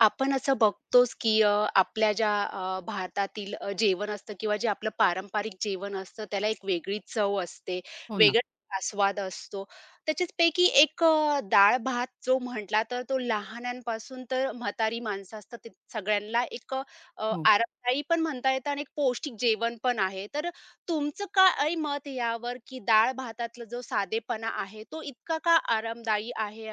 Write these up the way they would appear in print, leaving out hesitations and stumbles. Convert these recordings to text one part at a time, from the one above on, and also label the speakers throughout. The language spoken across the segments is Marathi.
Speaker 1: आपण असं बघतोच, की आपल्या ज्या भारतातील जेवण असतं किंवा जे आपलं पारंपरिक जेवण असतं, त्याला एक वेगळी चव असते,
Speaker 2: हो ना.
Speaker 1: वेगळा आस्वाद असतो. त्याच्याचपैकी एक डाळ-भात जो म्हटला तर तो लहानांपासून तर म्हातारी माणसं असतात, ते सगळ्यांना एक
Speaker 2: हो.
Speaker 1: आरामदायी पण म्हणता येतं आणि एक पौष्टिक जेवण पण आहे. तर तुमचं काय मत यावर, की डाळ-भातातला जो साधेपणा आहे, तो इतका का आरामदायी आहे?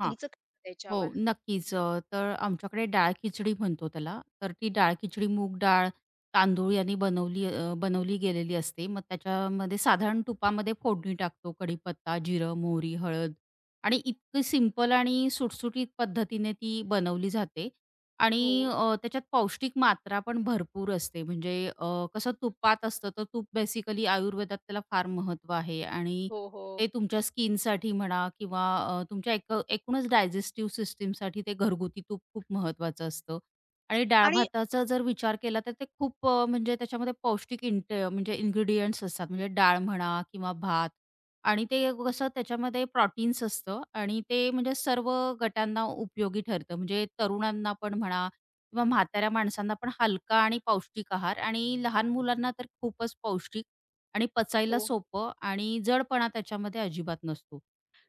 Speaker 2: हां.
Speaker 1: तुमचं काय मत
Speaker 2: हो,
Speaker 1: याच्यावर?
Speaker 2: नक्कीच. तर आमच्याकडे डाळ खिचडी म्हणतो त्याला. तर ती डाळ खिचडी मूग डाळ, तांदूळ यांनी बनवली गेलेली असते. मग त्याच्यामध्ये साधारण तुपामध्ये फोडणी टाकतो. कढीपत्ता, जिरं, मोहरी, हळद आणि इतकी सिंपल आणि सुटसुटीत पद्धतीने ती बनवली जाते आणि
Speaker 1: हो.
Speaker 2: त्याच्यात पौष्टिक मात्रा पण भरपूर असते. म्हणजे कसं तुपात असतं, तर तूप बेसिकली आयुर्वेदात त्याला फार महत्त्व आहे आणि
Speaker 1: हो, हो.
Speaker 2: ते तुमच्या स्किनसाठी म्हणा किंवा तुमच्या एकूणच डायजेस्टिव्ह सिस्टीमसाठी ते घरगुती तूप खूप महत्वाचं असतं. आणि डाळ
Speaker 1: आणि
Speaker 2: भाताचा जर विचार केला तर ते खूप म्हणजे त्याच्यामध्ये पौष्टिक म्हणजे इन्ग्रीडियंट्स असतात. म्हणजे डाळ म्हणा किंवा भात आणि ते कसं त्याच्यामध्ये प्रोटीन्स असतं आणि ते म्हणजे सर्व गटांना उपयोगी ठरतं. म्हणजे तरुणांना पण म्हणा किंवा म्हाताऱ्या माणसांना पण हलका आणि पौष्टिक आहार आणि लहान मुलांना तर खूपच पौष्टिक आणि पचायला
Speaker 1: हो.
Speaker 2: सोपं आणि जडपणा त्याच्यामध्ये अजिबात नसतो.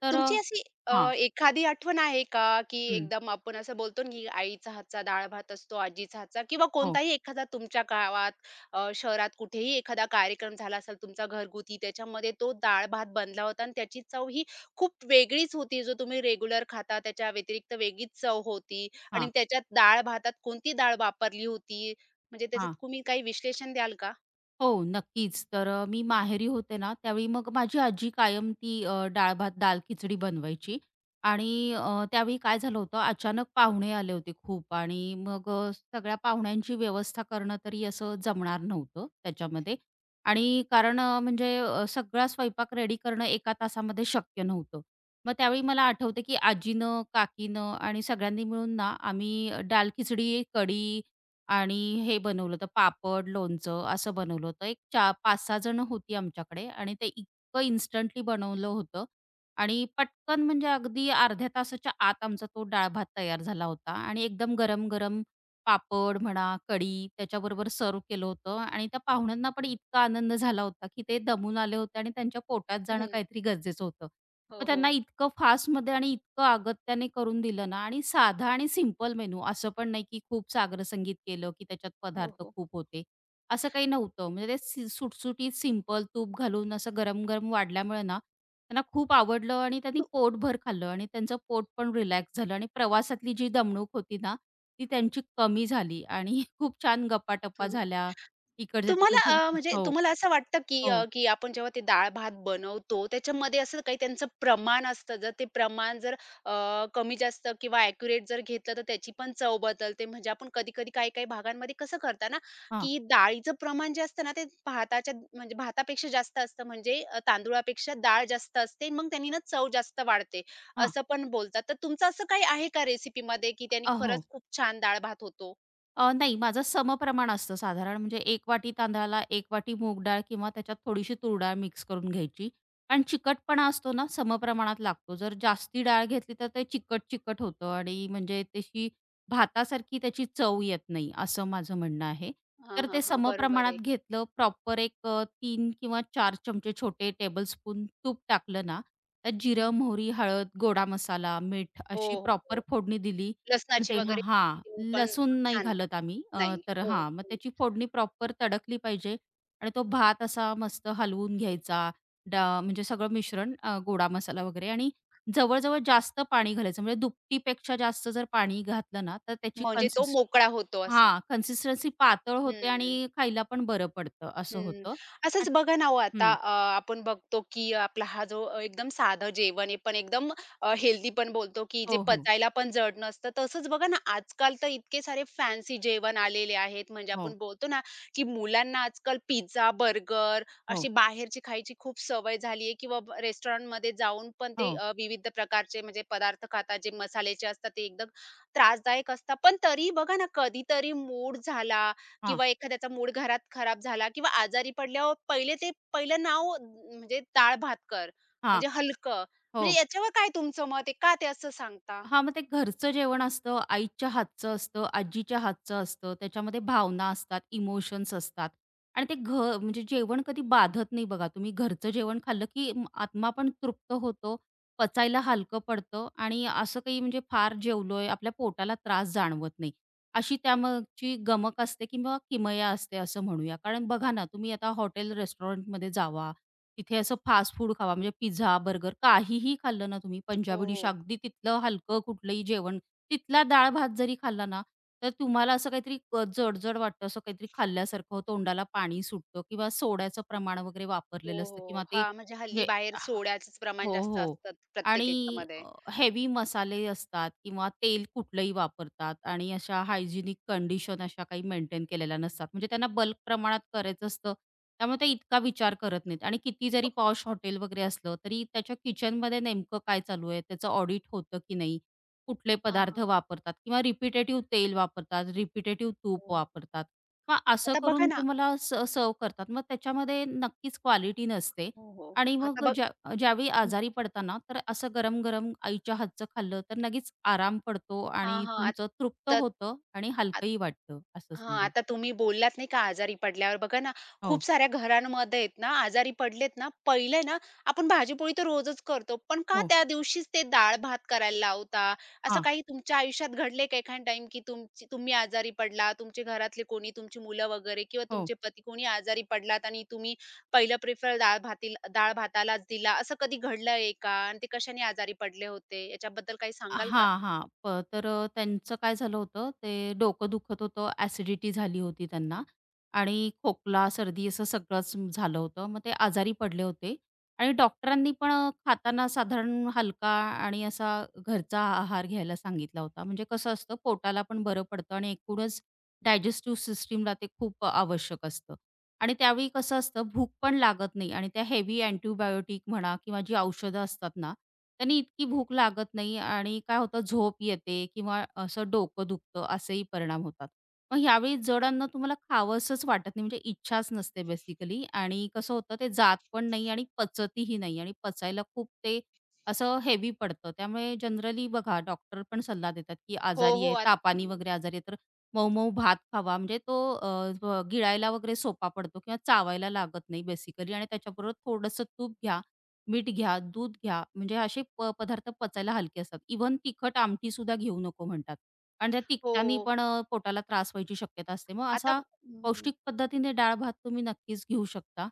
Speaker 2: तर अ
Speaker 1: तुमची अशी
Speaker 2: हां.
Speaker 1: एखादी आठवण आहे का, की
Speaker 2: हं.
Speaker 1: एकदम आपण असं बोलतो ना, की आईचा हातचा डाळ-भात असतो, आजीचा हातचा किंवा
Speaker 2: हो.
Speaker 1: कोणताही एखादा तुमच्या गावात, शहरात कुठेही एखादा कार्यक्रम झाला असेल तुमचा घरगुती, त्याच्यामध्ये तो डाळ-भात बनला होता आणि त्याची चव ही खूप वेगळीच होती, जो तुम्ही रेग्युलर खाता त्याच्या व्यतिरिक्त वेगळीच चव होती आणि
Speaker 2: हां,
Speaker 1: त्याच्यात डाळ-भातात कोणती डाळ वापरली होती? म्हणजे त्याच्यात
Speaker 2: हां.
Speaker 1: तुम्ही काही विश्लेषण द्याल का?
Speaker 2: हो, नक्कीच. मी माहेरी होते ना, त्यावेळी मग माझी आजी कायम ती डाळ भात, दाल खिचडी बनवायची आणि त्यावेळी काय झालं होतं, अचानक पाहुणे आले होते खूप आणि मग सगळ्या पाहुण्यांची व्यवस्था करणं तरी असं जमणार नव्हतं त्याच्यामध्ये आणि कारण म्हणजे सगळा स्वयंपाक रेडी करणं एका तासामध्ये शक्य नव्हतं. मग त्यावेळी मला आठवतं, की आजीनं, काकीनं आणि सगळ्यांनी मिळून ना, आम्ही डाल खिचडी, कढी आणि हे बनवलं होतं पापड, लोणचं असं बनवलं होतं. एक चा 5-6 जण होती आमच्याकडे आणि ते इतकं इन्स्टंटली बनवलं होतं आणि पटकन म्हणजे अगदी अर्ध्या तासाच्या आत आमचा तो डाळ-भात तयार झाला होता आणि एकदम गरम-गरम पापड म्हणा, कढी त्याच्याबरोबर सर्व्ह केलं होतं आणि त्या पाहुण्यांना पण इतका आनंद झाला होता, की ते दमून आले होते आणि त्यांच्या पोटात जाणं
Speaker 1: हं.
Speaker 2: काहीतरी गरजेचं होतं.
Speaker 1: हो,
Speaker 2: मग त्यांना
Speaker 1: हो.
Speaker 2: इतकं फास्टमध्ये आणि इतकं अगत्याने करून दिलं ना आणि साधा आणि सिंपल मेनू असं पण नाही, की खूप सागर संगीत केलं, की त्याच्यात
Speaker 1: हो,
Speaker 2: पदार्थ
Speaker 1: हो.
Speaker 2: खूप होते. असं काही नव्हतं. म्हणजे ते सुटसुटीत सिंपल तूप घालून असं गरम-गरम वाढल्यामुळे ना, त्यांना खूप आवडलं आणि त्यांनी
Speaker 1: तू
Speaker 2: पोटभर खाल्लं आणि त्यांचं पोट पण रिलॅक्स झालं आणि प्रवासातली जी दमणूक होती ना, ती त्यांची कमी झाली आणि खूप छान गप्पा-टप्पा झाल्या.
Speaker 1: तुम्हाला
Speaker 2: इकडच्या-तिकडच्या विषयी
Speaker 1: म्हणजे
Speaker 2: हो,
Speaker 1: तुम्हाला असं वाटतं की
Speaker 2: हो.
Speaker 1: की आपण जेव्हा ते डाळ-भात बनवतो, त्याच्यामध्ये असं काही त्यांचं प्रमाण असतं. जर ते प्रमाण जर अ, कमी-जास्त किंवा ॲक्युरेट जर घेतलं, तर त्याची पण चव बदलते. म्हणजे आपण कधी-कधी काही-काही भागांमध्ये कसं करतात ना,
Speaker 2: हां,
Speaker 1: की डाळीचं प्रमाण जे असतं ना, ते भाताच्या म्हणजे भातापेक्षा जास्त असतं. म्हणजे तांदुळापेक्षा डाळ जास्त असते. मग त्यांनी ना चव जास्त वाढते,
Speaker 2: हां.
Speaker 1: असं पण बोलतात. तर तुमचं असं काही आहे का रेसिपीमध्ये, की त्यांनी खरंच
Speaker 2: हो.
Speaker 1: खूप छान डाळ-भात होतो?
Speaker 2: नाही, माझं समप्रमाण असतं साधारण म्हणजे 1 वाटी तांदळाला एक वाटी मूग डाळ किंवा त्याच्यात थोडीशी तूर डाळ मिक्स करून घ्यायची. आणि चिकटपणा असतो ना, समप्रमाणात लागतो. जर जास्ती डाळ घेतली तर ते चिकट-चिकट होतं आणि म्हणजे तशी भातासारखी त्याची चव येत नाही, असं माझं म्हणणं आहे.
Speaker 1: हां,
Speaker 2: तर
Speaker 1: हां,
Speaker 2: ते
Speaker 1: हां. बरोबर
Speaker 2: समप्रमाणात
Speaker 1: आहे.
Speaker 2: घेतलं, प्रॉपर 3 किंवा 4 चमचे छोटे टेबलस्पून तूप टाकलं ना, त्यात जिरं, मोहरी, हळद, गोडा मसाला, मीठ
Speaker 1: हो,
Speaker 2: अशी
Speaker 1: हो,
Speaker 2: प्रॉपर
Speaker 1: हो.
Speaker 2: फोडणी दिली पण
Speaker 1: लसणाची
Speaker 2: ते हां,
Speaker 1: वगैरे फोडणी
Speaker 2: हां.
Speaker 1: देऊन पण
Speaker 2: लसूण नाही
Speaker 1: छान
Speaker 2: घालत आम्ही.
Speaker 1: नाही.
Speaker 2: तर
Speaker 1: हो,
Speaker 2: हां, मग
Speaker 1: हो.
Speaker 2: त्याची फोडणी प्रॉपर तडकली पाहिजे आणि तो भात असा मस्त हलवून घ्यायचा. म्हणजे सगळं मिश्रण गोडा मसाला वगैरे आणि जवळ-जवळ जास्त पाणी घालायचं. म्हणजे दुपटीपेक्षा जास्त जर पाणी घातलं ना, तर त्याची
Speaker 1: म्हणजे तो मोकळा होतो असा.
Speaker 2: हां, कन्सिस्टन्सी पातळ होते आणि
Speaker 1: हं.
Speaker 2: खायला पण बरं पडतं, असं
Speaker 1: हं.
Speaker 2: होतं.
Speaker 1: असंच
Speaker 2: आणि
Speaker 1: बघा ना हो आता
Speaker 2: हं.
Speaker 1: आपण बघतो, की आपला हा जो एकदम साधं जेवण आहे, पण एकदम हेल्दी पण बोलतो, की जे
Speaker 2: हो, हो.
Speaker 1: पचायला पण जड नसतं. तसंच बघा ना, आजकाल तर इतके सारे फॅन्सी जेवण आलेले आहेत. म्हणजे
Speaker 2: हो,
Speaker 1: आपण बोलतो ना, की मुलांना आजकाल पिझ्झा, बर्गर अशी
Speaker 2: हो,
Speaker 1: बाहेरची खायची खूप सवय झाली आहे किंवा ब रेस्टॉरंटमध्ये जाऊन पण ते
Speaker 2: हो.
Speaker 1: विविध प्रकारचे म्हणजे पदार्थ खातात, जे मसाल्याचे असतात, ते एकदम त्रासदायक असतात. पण तरी बघा ना, कधीतरी मूड झाला
Speaker 2: हां,
Speaker 1: किंवा एखाद्याचा मूड घरात खराब झाला किंवा आजारी पडल्यावर पहिले ते म्हणजे डाळ-भात कर,
Speaker 2: हां.
Speaker 1: म्हणजे हलकं. म्हणजे
Speaker 2: हो.
Speaker 1: याच्यावर काय तुमचं मत आहे? का ते असं सांगता?
Speaker 2: हां, मग ते घरचं जेवण असतं, आईच्या हातचं असतं, आजीच्या हातचं असतं. त्याच्यामध्ये भावना असतात, इमोशन्स असतात आणि ते घ म्हणजे जेवण कधी बाधत नाही बघा. तुम्ही घरचं जेवण खाल्लं, की आत्मा पण तृप्त होतो, पचायला हलकं पडतं आणि असं काही म्हणजे फार जेवलोय, आपल्या पोटाला त्रास जाणवत नाही. अशी त्यामागची गमक असते किंवा किमया असते असं म्हणूया. कारण बघा ना, तुम्ही आता हॉटेल रेस्टॉरंटमध्ये जावा तिथे असं फास्ट फूड खावा म्हणजे पिझ्झा, बर्गर काहीही खाल्लं ना तुम्ही
Speaker 1: हो,
Speaker 2: पंजाबी डिश
Speaker 1: हो.
Speaker 2: अगदी तिथलं हलकं कुठलंही जेवण, तिथला डाळ-भात जरी खाल्ला ना, तर तुम्हाला असं काहीतरी जड-जड वाटतं, असं काहीतरी खाल्ल्यासारखं तोंडाला पाणी सुटतं किंवा सोड्याचं प्रमाण वगैरे
Speaker 1: हो,
Speaker 2: वापरलेलं
Speaker 1: हो.
Speaker 2: असतं किंवा ते
Speaker 1: हां, म्हणजे हल्ली
Speaker 2: म्हणजे
Speaker 1: बाहेर सोड्याचंच
Speaker 2: हो,
Speaker 1: प्रमाण जास्त
Speaker 2: हो.
Speaker 1: असतं
Speaker 2: आणि
Speaker 1: प्रत्येक याच्यामध्ये.
Speaker 2: हेवी मसाले असतात किंवा तेल कुठलंही वापरतात आणि अशा हायजिनिक कंडिशन अशा काही मेंटेन केलेल्या नसतात. म्हणजे त्यांना बल्क प्रमाणात करायचं असतं. त्यामुळे ते इतका विचार करत नाहीत आणि किती जरी पॉश हॉटेल वगैरे असलं, तरी त्याच्या किचनमध्ये नेमकं काय चालू आहे, त्याचं ऑडिट होतं की नाही, कुठले
Speaker 1: हां,
Speaker 2: पदार्थ
Speaker 1: हां.
Speaker 2: वापरतात किंवा रिपिटेटिव्ह तेल वापरतात, रिपिटेटिव्ह तूप
Speaker 1: हो.
Speaker 2: वापरतात. मग असं
Speaker 1: आता बघा
Speaker 2: करून
Speaker 1: ना
Speaker 2: तुम्हाला स करतात. मग त्याच्यामध्ये नक्कीच क्वालिटी नसते
Speaker 1: हो, हो.
Speaker 2: आणि
Speaker 1: आता
Speaker 2: मग
Speaker 1: बघ
Speaker 2: ज्यावेळी
Speaker 1: हं.
Speaker 2: आजारी पडता ना, तर असं गरम-गरम आईच्या हातचं खाल्लं तर लगेच आराम पडतो
Speaker 1: हां,
Speaker 2: आणि
Speaker 1: हां.
Speaker 2: तुमचं तृप्त होतं आणि हलकंही वाटतं असं
Speaker 1: हां,
Speaker 2: सांगेन.
Speaker 1: आता तुम्ही बोललात नाही का आजारी पडल्यावर बघा ना, खूप
Speaker 2: हो,
Speaker 1: साऱ्या घरांमध्ये आहेत ना, आजारी पडलेत ना, पहिले ना आपण भाजी-पोळी तर रोजच करतो. पण का
Speaker 2: हो.
Speaker 1: त्या दिवशीच ते डाळ-भात करायला लावता? असं
Speaker 2: हां.
Speaker 1: काही तुमच्या आयुष्यात घडलंय का एखादा टाईम, की तुमची तुम्ही आजारी पडलात, तुमचे घरातले कोणी, तुमची मुलं वगैरे किंवा
Speaker 2: हो
Speaker 1: तुमचे पती कोणी आजारी पडलात आणि तुम्ही पहिलं प्रिफर डाळ-भातालाच दिला, असं कधी घडलंय का? आणि ते कशाने आजारी पडले होते? याच्याबद्दल काही सांगाल का?
Speaker 2: हां, हां. तर त्यांचं काय झालं होतं, ते डोकं दुखत होतं, ॲसिडिटी झाली होती त्यांना आणि खोकला, सर्दी असं सगळंच झालं होतं. मग ते आजारी पडले होते आणि डॉक्टरांनी पण खाताना साधारण हलका आणि असा घरचा आहार घ्यायला सांगितला होता. म्हणजे कसं असतं पोटाला पण बरं पडतं आणि एकूणच डायजेस्टिव्ह सिस्टमला ते खूप आवश्यक असतं. आणि त्यावेळी कसं असतं भूक पण लागत नाही आणि त्या हेवी अँटीबायोटिक म्हणा किंवा जी औषधं असतात ना त्यांनी इतकी भूक लागत नाही आणि काय होतं झोप येते किंवा असं डोकं दुखतं असेही परिणाम होतात मग ह्यावेळी जड अन्न तुम्हाला खावंसंच वाटत नाही म्हणजे इच्छाच नसते बेसिकली आणि कसं होतं ते जात पण नाही आणि पचतही नाही आणि पचायला खूप ते असं हेवी पडतं त्यामुळे जनरली बघा डॉक्टर पण सल्ला देतात की
Speaker 1: हो,
Speaker 2: आजारी
Speaker 1: हो.
Speaker 2: आहे तापानी वगैरे आजारी आहे मऊ-मऊ भात खावा म्हणजे तो अ, ब गिळायला वगैरे सोपा पडतो किंवा चावायला लागत नाही बेसिकली आणि त्याच्याबरोबर थोडंसं तूप घ्या, मीठ घ्या, दूध घ्या, म्हणजे असे पदार्थ पचायला हलके असतात. इव्हन तिखट आमटी सुद्धा घेऊ नको म्हणतात. आणि त्या
Speaker 1: हो.
Speaker 2: तिखटानी पण पोटाला त्रास व्हायची शक्यता असते. मग
Speaker 1: आता
Speaker 2: असा
Speaker 1: हं.
Speaker 2: पौष्टिक पद्धतीने डाळ भात तुम्ही नक्कीच घेऊ शकता.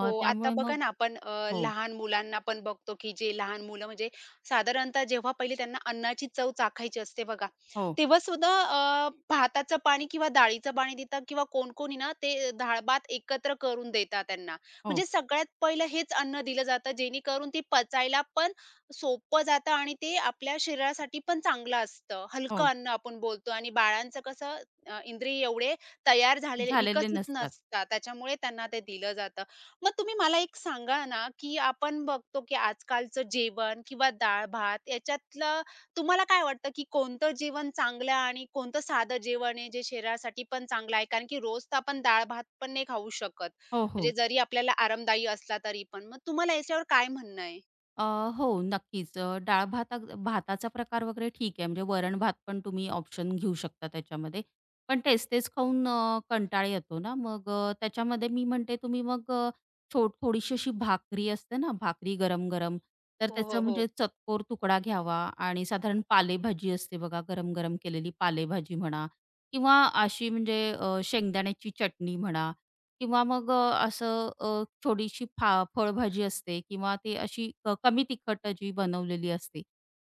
Speaker 1: हो, आता
Speaker 2: त्यामुळे
Speaker 1: बघा
Speaker 2: मग
Speaker 1: ना आपण
Speaker 2: हो,
Speaker 1: लहान मुलांना पण बघतो, की जे लहान मुलं म्हणजे साधारणतः जेव्हा पहिले त्यांना अन्नाची चव चाखायची असते बघा,
Speaker 2: हो,
Speaker 1: तेव्हा सुद्धा भाताचं पाणी किंवा डाळीचं पाणी देतात किंवा कोण-कोणी ना ते डाळ-भात एकत्र करून देतात त्यांना.
Speaker 2: हो,
Speaker 1: म्हणजे सगळ्यात पहिलं हेच अन्न दिलं जातं जेणेकरून ते पचायला पण सोपं जातं आणि ते आपल्या शरीरासाठी पण चांगलं असतं. हलकं
Speaker 2: हो.
Speaker 1: अन्न आपण बोलतो आणि बाळांचं कसं इंद्रिय एवढे तयार झालेले
Speaker 2: झालेले
Speaker 1: विकसित
Speaker 2: नसतात.
Speaker 1: नसतात त्याच्यामुळे त्यांना ते दिलं जातं. मग तुम्ही मला एक सांगा ना, की आपण बघतो, की आजकालचं जेवण किंवा डाळ-भात याच्यातलं तुम्हाला काय वाटतं, की कोणतं जेवण चांगलं आणि कोणतं साधं जेवण आहे, जे शरीरासाठी पण चांगलं आहे? कारण की रोज तर आपण डाळ-भात पण नाही खाऊ शकत.
Speaker 2: हो,
Speaker 1: म्हणजे
Speaker 2: हो.
Speaker 1: जरी आपल्याला आरामदायी असला तरी पण. मग तुम्हाला याच्यावर काय म्हणणं आहे?
Speaker 2: अ, हो, नक्कीच. डाळ-भात भाताचा प्रकार वगैरे ठीक आहे. म्हणजे वरण-भात पण तुम्ही ऑप्शन घेऊ शकता त्याच्यामध्ये. पण तेच-तेच खाऊन कंटाळा येतो ना, मग त्याच्यामध्ये मी म्हणते तुम्ही मग अ, छोट थोडीशी अशी भाकरी असते ना, भाकरी गरम-गरम, तर
Speaker 1: हो, हो,
Speaker 2: त्याचा
Speaker 1: हो.
Speaker 2: म्हणजे चतकोर तुकडा घ्यावा आणि साधारण पालेभाजी असते बघा, गरम-गरम केलेली पालेभाजी म्हणा किंवा अशी म्हणजे शेंगदाण्याची चटणी म्हणा किंवा मग अ, असं अ, थोडीशी फा फळभाजी असते किंवा ते अशी कमी तिखट जी बनवलेली असते.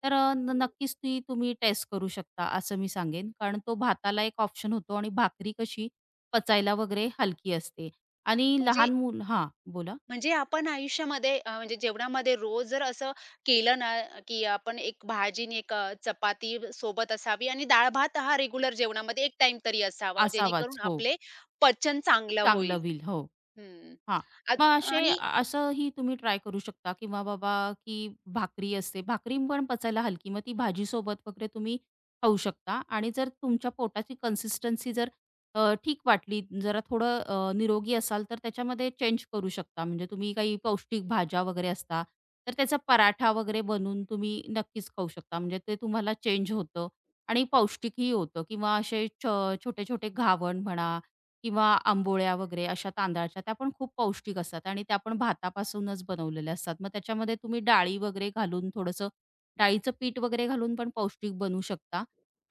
Speaker 2: तर अ, न नक्कीच ती तुम्ही टेस्ट करू शकता असं मी सांगेन. कारण तो भाताला एक ऑप्शन होतो आणि भाकरी कशी पचायला वगैरे हलकी असते आणि
Speaker 1: म्हणजे
Speaker 2: लहान मुल हां, बोला?
Speaker 1: म्हणजे आपण आयुष्यामध्ये म्हणजे जेवणामध्ये रोज जर असं केलं ना, की आपण एक भाजी आणि एक चपाती सोबत असावी आणि डाळ भात हा रेग्युलर जेवणामध्ये एक टाइम तरी असावा,
Speaker 2: असावाच.
Speaker 1: जेणेकरून
Speaker 2: हो,
Speaker 1: आपले पचन चांगलं
Speaker 2: चांगलं
Speaker 1: होईल.
Speaker 2: व्हील. हो.
Speaker 1: हं.
Speaker 2: हां.
Speaker 1: आत
Speaker 2: मग असे
Speaker 1: आणि
Speaker 2: असंही तुम्ही ट्राय करू शकता किंवा बाबा, की भाकरी असते. भाकरी पण पचायला हलकी. मग ती भाजीसोबत वगैरे तुम्ही खाऊ शकता आणि जर तुमच्या पोटाची कन्सिस्टन्सी जर ठीक वाटली, जरा थोडं निरोगी असाल, तर त्याच्यामध्ये चेंज करू शकता. म्हणजे तुम्ही काही पौष्टिक भाज्या वगैरे असता, तर त्याचा पराठा वगैरे बनवून तुम्ही नक्कीच खाऊ शकता. म्हणजे ते तुम्हाला चेंज होतं आणि पौष्टिकही होतं किंवा असे छोटे-छोटे घावण म्हणा किंवा आंबोळ्या वगैरे अशा तांदळाच्या त्या पण खूप पौष्टिक असतात आणि त्या पण भातापासूनच बनवलेल्या असतात. मग त्याच्यामध्ये तुम्ही डाळी वगैरे घालून थोडंसं डाळीचं पीठ वगैरे घालून पण पौष्टिक बनवू शकता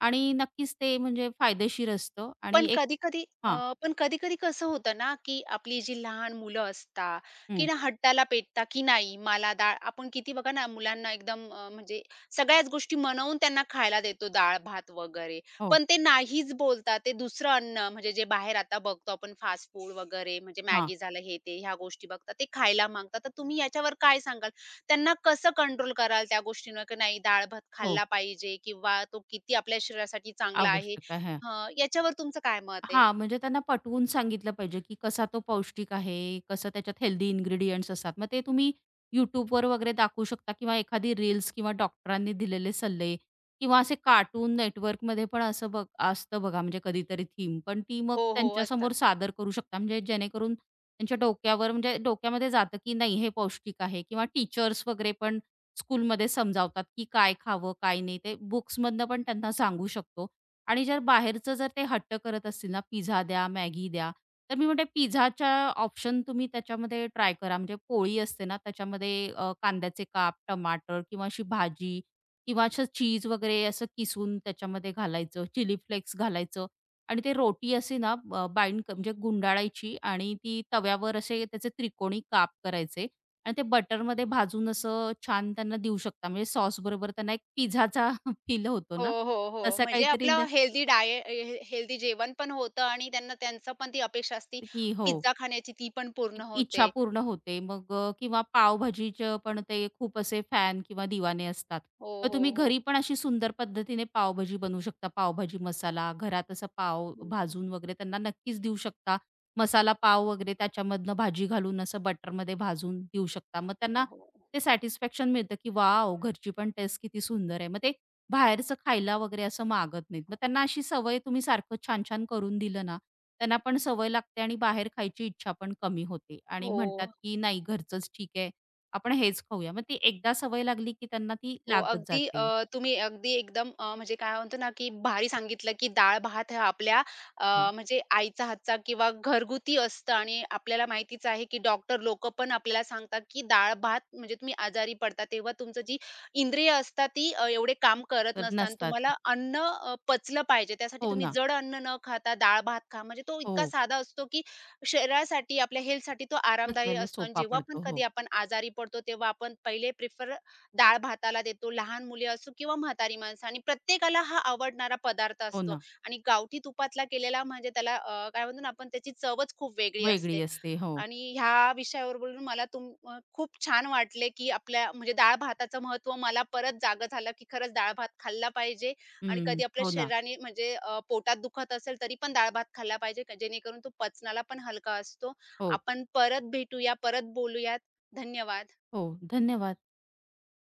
Speaker 2: आणि नक्कीच ते म्हणजे फायदेशीर असतं आणि
Speaker 1: पण
Speaker 2: एक
Speaker 1: कधी-कधी
Speaker 2: हां.
Speaker 1: पण कधी-कधी कसं होतं ना, की आपली जी लहान मुलं असतात, की
Speaker 2: हं.
Speaker 1: ना हट्टाला पेटता, की नाही मला डाळ आपण किती बघा ना मुलांना एकदम म्हणजे सगळ्याच गोष्टी मनवून त्यांना खायला देतो डाळ-भात वगैरे.
Speaker 2: हो.
Speaker 1: पण ते नाहीच बोलतात. ते दुसरं अन्न म्हणजे जे बाहेर आता बघतो आपण फास्ट फूड वगैरे म्हणजे
Speaker 2: हां.
Speaker 1: मॅगी झालं, हे ते ह्या गोष्टी बघतात. ते खायला मागतात. तर तुम्ही याच्यावर काय सांगाल? त्यांना कसं कंट्रोल कराल त्या गोष्टींवर, की नाही डाळ-भात
Speaker 2: हो.
Speaker 1: खाल्ला पाहिजे किंवा तो किती आपल्या शरीरासाठी चांगला आहे
Speaker 2: आवश्यक आहे.
Speaker 1: हां, याच्यावर तुमचं काय मत आहे?
Speaker 2: हां, म्हणजे त्यांना पटवून सांगितलं पाहिजे, की कसा तो पौष्टिक आहे, कसं त्याच्यात हेल्दी इन्ग्रीडियंट्स असतात. मग ते तुम्ही YouTubeवर वगैरे दाखवू शकता किंवा एखादी रील्स किंवा डॉक्टरांनी दिलेले सल्ले किंवा असे कार्टून नेटवर्कमध्ये पण असं बघ असतं बघा, म्हणजे कधीतरी थीम. पण ती मग
Speaker 1: हो, हो. असतात.
Speaker 2: त्यांच्यासमोर सादर करू शकता, म्हणजे जेणेकरून त्यांच्या डोक्यावर म्हणजे डोक्यामध्ये जातं, की नाही हे पौष्टिक आहे किंवा टीचर्स वगैरे पण स्कूलमध्ये समजावतात, की काय खावं, काय नाही. ते बुक्समधनं पण त्यांना सांगू शकतो. आणि जर बाहेरचं जर ते हट्ट करत असतील ना, पिझ्झा द्या, मॅगी द्या, तर मी म्हणते पिझ्झाच्या ऑप्शन तुम्ही त्याच्यामध्ये ट्राय करा. म्हणजे पोळी असते ना, त्याच्यामध्ये कांद्याचे काप, टमाटर किंवा अशी भाजी किंवा असं चीज वगैरे असं किसून त्याच्यामध्ये घालायचं, चिली फ्लेक्स घालायचं आणि ते रोटी असे ना बाइंड म्हणजे गुंडाळायची आणि ती तव्यावर असे त्याचे त्रिकोणी काप करायचे आणि ते बटरमध्ये भाजून असं छान त्यांना देऊ शकता. म्हणजे सॉसबरोबर त्यांना एक पिझ्झाचा फील होतो
Speaker 1: हो,
Speaker 2: ना,
Speaker 1: हो, हो.
Speaker 2: तसा
Speaker 1: म्हणजे
Speaker 2: काहीतरी
Speaker 1: आपलं हेल्दी डाये हे हेल्दी जेवण पण होतं आणि त्यांना त्यांचं पण ती अपेक्षा असती
Speaker 2: की हो,
Speaker 1: पिझ्झा खाण्याची ती पण पूर्ण
Speaker 2: इच्छा
Speaker 1: होते.
Speaker 2: पूर्ण होते. मग किंवा पावभाजीचं पण ते खूप असे फॅन किंवा दिवाने असतात.
Speaker 1: हो,
Speaker 2: तर
Speaker 1: हो,
Speaker 2: तुम्ही
Speaker 1: हो.
Speaker 2: घरी पण अशी सुंदर पद्धतीने पावभाजी बनवू शकता. पावभाजी मसाला घरात असा पाव
Speaker 1: हं.
Speaker 2: भाजून वगैरे त्यांना नक्कीच देऊ शकता. मसाला पाव वगैरे त्याच्यामधनं भाजी घालून असं बटरमध्ये भाजून देऊ शकता. मग
Speaker 1: हो,
Speaker 2: त्यांना
Speaker 1: हो.
Speaker 2: ते सॅटिस्फॅक्शन मिळतं, की "वॉव! घरची पण टेस्ट किती सुंदर आहे." मग ते बाहेरचं खायला वगैरे असं मागत नाहीत. मग त्यांना अशी सवय तुम्ही सारखं छान-छान करून दिलं ना, त्यांना पण सवय लागते आणि बाहेर खायची इच्छा पण कमी होते आणि
Speaker 1: हो.
Speaker 2: म्हणतात, की नाही घरचंच ठीक आहे. आपण हेच खाऊया. मग ती एकदा सवय लागली, की त्यांना ती
Speaker 1: हो,
Speaker 2: लागत
Speaker 1: अगदी
Speaker 2: जाते.
Speaker 1: तुम्ही अगदी एकदम म्हणजे काय म्हणतो ना, की भारी सांगितलं, की डाळ-भात हा आपल्या
Speaker 2: हो,
Speaker 1: म्हणजे आईचा हातचा किंवा घरगुती असतं आणि आपल्याला माहितीच आहे, की डॉक्टर लोकं पण आपल्याला सांगतात, की डाळ-भात म्हणजे तुम्ही आजारी पडता तेव्हा तुमचं जी इंद्रिय असतात ती एवढे काम करत
Speaker 2: तर
Speaker 1: नसतात आणि
Speaker 2: नसतात.
Speaker 1: तुम्हाला अन्न पचलं पाहिजे. त्यासाठी
Speaker 2: हो
Speaker 1: तुम्ही
Speaker 2: ना.
Speaker 1: जड अन्न न खाता डाळ-भात खा. म्हणजे तो इतका
Speaker 2: हो,
Speaker 1: साधा असतो, की शरीरासाठी, आपल्या हेल्थसाठी तो आरामदायी
Speaker 2: पचवायला
Speaker 1: असतो आणि
Speaker 2: सोपा
Speaker 1: जेव्हा पण
Speaker 2: पडतो.
Speaker 1: कधी
Speaker 2: हो,
Speaker 1: आपण आजारी पडतो, तेव्हा आपण पहिले प्रिफर डाळ-भाताला देतो, लहान मुले असो किंवा म्हातारी माणसं आणि प्रत्येकाला हा आवडणारा पदार्थ
Speaker 2: हो
Speaker 1: असतो
Speaker 2: ना.
Speaker 1: आणि गावठी तुपातला केलेला म्हणजे त्याला काय म्हणतो ना आपण त्याची चवच खूप वेगळी
Speaker 2: वेगळी
Speaker 1: असते
Speaker 2: असते. हो.
Speaker 1: आणि ह्या विषयावर बोलून मला खूप छान वाटले, की आपल्या म्हणजे डाळ-भाताचं महत्त्व मला परत जागं झालं, की खरंच डाळ-भात खाल्ला पाहिजे आणि
Speaker 2: हं.
Speaker 1: कधी आपल्या
Speaker 2: हो ना.
Speaker 1: शरीराने म्हणजे पोटात दुखत असेल तरी पण डाळ-भात खाल्ला पाहिजे, जेणेकरून तो पचनाला पण हलका असतो.
Speaker 2: हो,
Speaker 1: आपण परत भेटूया, परत बोलूयात. धन्यवाद.
Speaker 2: हो. धन्यवाद.